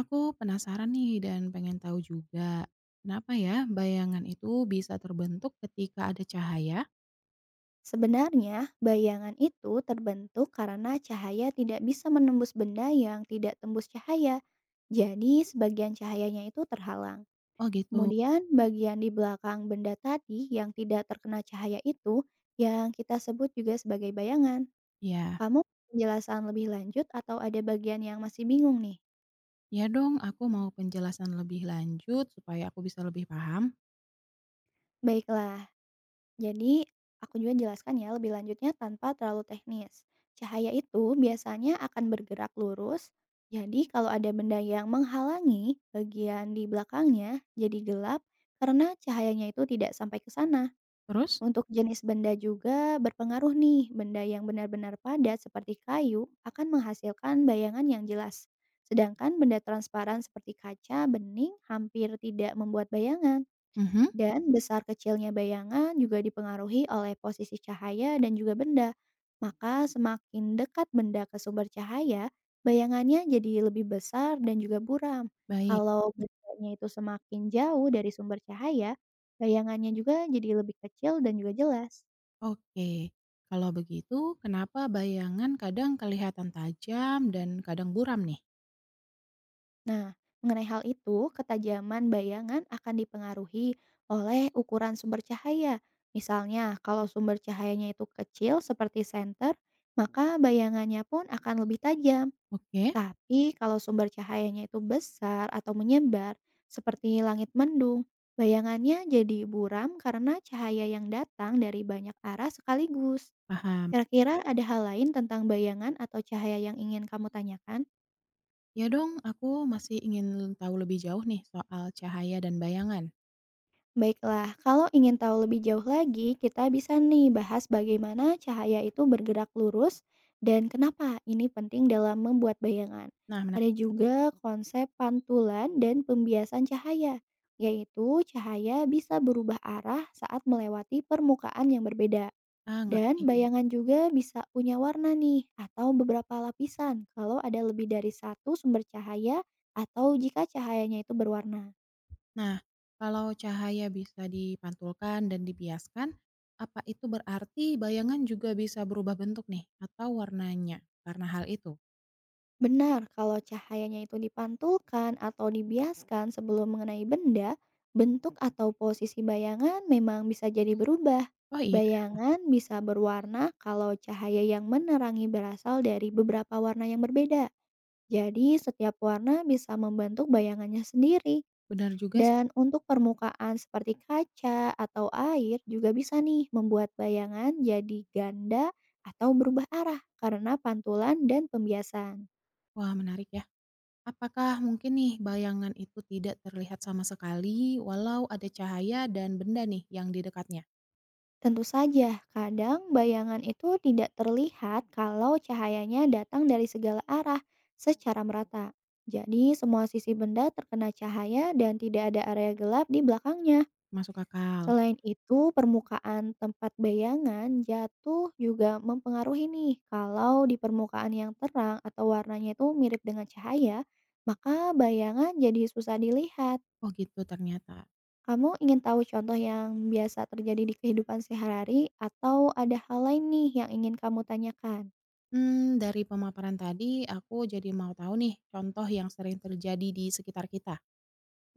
Aku penasaran nih dan pengen tahu juga, kenapa ya bayangan itu bisa terbentuk ketika ada cahaya? Sebenarnya, bayangan itu terbentuk karena cahaya tidak bisa menembus benda yang tidak tembus cahaya. Jadi, sebagian cahayanya itu terhalang. Oh gitu, Kemudian, bagian di belakang benda tadi yang tidak terkena cahaya itu yang kita sebut juga sebagai bayangan. ya. Kamu penjelasan lebih lanjut atau ada bagian yang masih bingung nih? Ya dong, aku mau penjelasan lebih lanjut supaya aku bisa lebih paham. Baiklah, jadi, aku juga jelaskan ya lebih lanjutnya tanpa terlalu teknis. Cahaya itu biasanya akan bergerak lurus, jadi kalau ada benda yang menghalangi bagian di belakangnya jadi gelap karena cahayanya itu tidak sampai ke sana. Terus? Untuk jenis benda juga berpengaruh nih, benda yang benar-benar padat seperti kayu akan menghasilkan bayangan yang jelas. Sedangkan benda transparan seperti kaca, bening, hampir tidak membuat bayangan. Mhm, Dan besar kecilnya bayangan juga dipengaruhi oleh posisi cahaya dan juga benda. Maka semakin dekat benda ke sumber cahaya, bayangannya jadi lebih besar dan juga buram. baik. Kalau bendanya itu semakin jauh dari sumber cahaya, bayangannya juga jadi lebih kecil dan juga jelas. Oke, kalau begitu kenapa bayangan kadang kelihatan tajam dan kadang buram nih? Nah, mengenai hal itu, ketajaman bayangan akan dipengaruhi oleh ukuran sumber cahaya. Misalnya, kalau sumber cahayanya itu kecil seperti senter, maka bayangannya pun akan lebih tajam. Oke, Tapi kalau sumber cahayanya itu besar atau menyebar, seperti langit mendung, bayangannya jadi buram karena cahaya yang datang dari banyak arah sekaligus. paham. Kira-kira ada hal lain tentang bayangan atau cahaya yang ingin kamu tanyakan? Ya dong, aku masih ingin tahu lebih jauh nih soal cahaya dan bayangan. Baiklah, kalau ingin tahu lebih jauh lagi, kita bisa nih bahas bagaimana cahaya itu bergerak lurus dan kenapa ini penting dalam membuat bayangan. Nah, menarik Ada juga konsep pantulan dan pembiasan cahaya, yaitu cahaya bisa berubah arah saat melewati permukaan yang berbeda. banget Dan nih. bayangan juga bisa punya warna nih, atau beberapa lapisan kalau ada lebih dari satu sumber cahaya atau jika cahayanya itu berwarna. Nah, kalau cahaya bisa dipantulkan dan dibiaskan, apa itu berarti bayangan juga bisa berubah bentuk nih atau warnanya karena hal itu? Benar, kalau cahayanya itu dipantulkan atau dibiaskan sebelum mengenai benda, bentuk atau posisi bayangan memang bisa jadi berubah. Oh iya, Bayangan bisa berwarna kalau cahaya yang menerangi berasal dari beberapa warna yang berbeda. Jadi, setiap warna bisa membentuk bayangannya sendiri. benar juga sih. Dan untuk permukaan seperti kaca atau air juga bisa nih membuat bayangan jadi ganda atau berubah arah karena pantulan dan pembiasan. Wah, menarik ya. Apakah mungkin nih bayangan itu tidak terlihat sama sekali walau ada cahaya dan benda nih yang di dekatnya? Tentu saja, kadang bayangan itu tidak terlihat kalau cahayanya datang dari segala arah secara merata. Jadi, semua sisi benda terkena cahaya dan tidak ada area gelap di belakangnya. Masuk akal. Selain itu, permukaan tempat bayangan jatuh juga mempengaruhi nih. Kalau di permukaan yang terang atau warnanya itu mirip dengan cahaya, maka bayangan jadi susah dilihat. Oh gitu ternyata. Kamu ingin tahu contoh yang biasa terjadi di kehidupan sehari-hari atau ada hal lain nih yang ingin kamu tanyakan? Hmm, dari pemaparan tadi aku jadi mau tahu nih contoh yang sering terjadi di sekitar kita.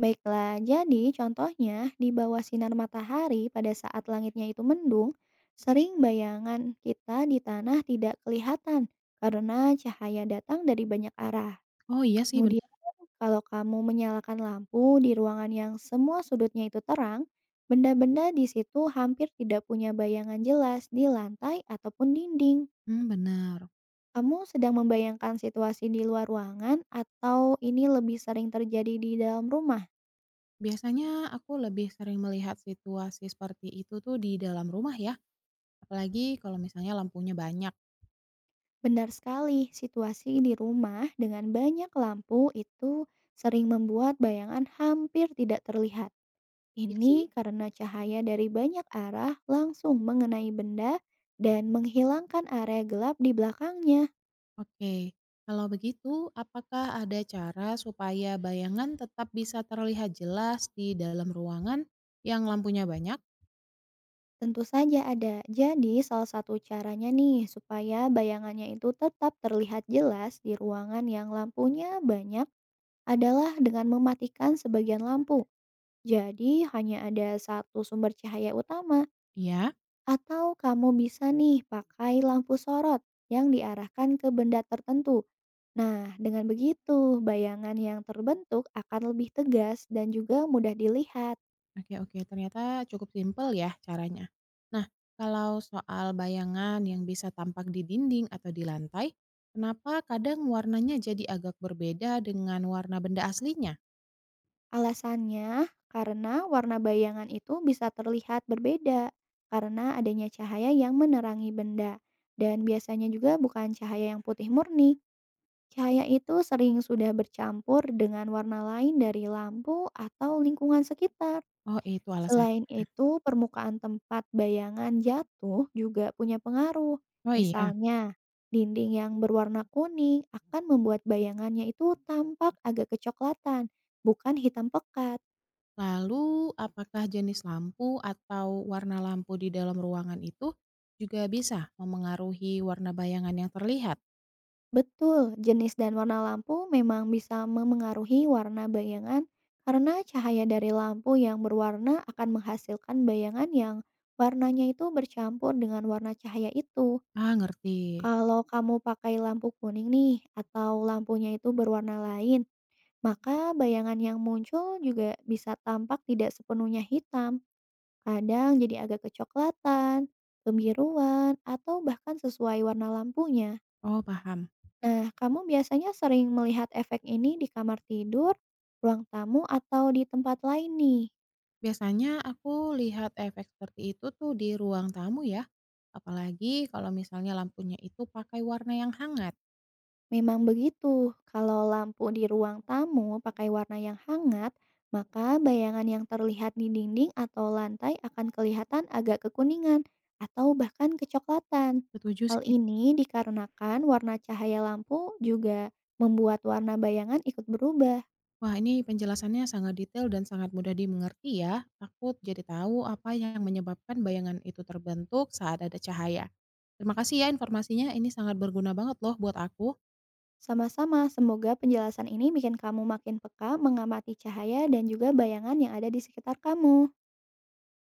Baiklah, jadi contohnya di bawah sinar matahari pada saat langitnya itu mendung, sering bayangan kita di tanah tidak kelihatan karena cahaya datang dari banyak arah. Oh iya sih Kemudian benar. kalau kamu menyalakan lampu di ruangan yang semua sudutnya itu terang, benda-benda di situ hampir tidak punya bayangan jelas di lantai ataupun dinding. Hmm, benar. Kamu sedang membayangkan situasi di luar ruangan atau ini lebih sering terjadi di dalam rumah? Biasanya aku lebih sering melihat situasi seperti itu tuh di dalam rumah ya, apalagi kalau misalnya lampunya banyak. Benar sekali, situasi di rumah dengan banyak lampu itu sering membuat bayangan hampir tidak terlihat. Iya Ini sih. karena cahaya dari banyak arah langsung mengenai benda dan menghilangkan area gelap di belakangnya. Oke, kalau begitu apakah ada cara supaya bayangan tetap bisa terlihat jelas di dalam ruangan yang lampunya banyak? Tentu saja ada. Jadi salah satu caranya nih supaya bayangannya itu tetap terlihat jelas di ruangan yang lampunya banyak adalah dengan mematikan sebagian lampu. Jadi hanya ada satu sumber cahaya utama Ya, atau kamu bisa nih pakai lampu sorot yang diarahkan ke benda tertentu. Nah, dengan begitu bayangan yang terbentuk akan lebih tegas dan juga mudah dilihat. oke oke, ternyata cukup simpel ya caranya. Nah, kalau soal bayangan yang bisa tampak di dinding atau di lantai, kenapa kadang warnanya jadi agak berbeda dengan warna benda aslinya? Alasannya karena warna bayangan itu bisa terlihat berbeda karena adanya cahaya yang menerangi benda dan biasanya juga bukan cahaya yang putih murni. Cahaya itu sering sudah bercampur dengan warna lain dari lampu atau lingkungan sekitar. Oh itu alasan, Selain itu, permukaan tempat bayangan jatuh juga punya pengaruh. oh iya. Misalnya, dinding yang berwarna kuning akan membuat bayangannya itu tampak agak kecoklatan, bukan hitam pekat. Lalu apakah jenis lampu atau warna lampu di dalam ruangan itu juga bisa memengaruhi warna bayangan yang terlihat? Betul, jenis dan warna lampu memang bisa memengaruhi warna bayangan karena cahaya dari lampu yang berwarna akan menghasilkan bayangan yang warnanya itu bercampur dengan warna cahaya itu. Ah ngerti. Kalau kamu pakai lampu kuning nih atau lampunya itu berwarna lain, maka bayangan yang muncul juga bisa tampak tidak sepenuhnya hitam. Kadang jadi agak kecoklatan, kebiruan, atau bahkan sesuai warna lampunya. Oh paham. Nah, kamu biasanya sering melihat efek ini di kamar tidur, ruang tamu, atau di tempat lain nih? Biasanya aku lihat efek seperti itu tuh di ruang tamu ya, apalagi kalau misalnya lampunya itu pakai warna yang hangat. Memang begitu, kalau lampu di ruang tamu pakai warna yang hangat, maka bayangan yang terlihat di dinding atau lantai akan kelihatan agak kekuningan atau bahkan kecoklatan. Setuju Hal sih. ini dikarenakan warna cahaya lampu juga membuat warna bayangan ikut berubah. Wah, ini penjelasannya sangat detail dan sangat mudah dimengerti ya. Aku jadi tahu apa yang menyebabkan bayangan itu terbentuk saat ada cahaya. Terima kasih ya informasinya, ini sangat berguna banget loh buat aku. Sama-sama, semoga penjelasan ini bikin kamu makin peka mengamati cahaya dan juga bayangan yang ada di sekitar kamu.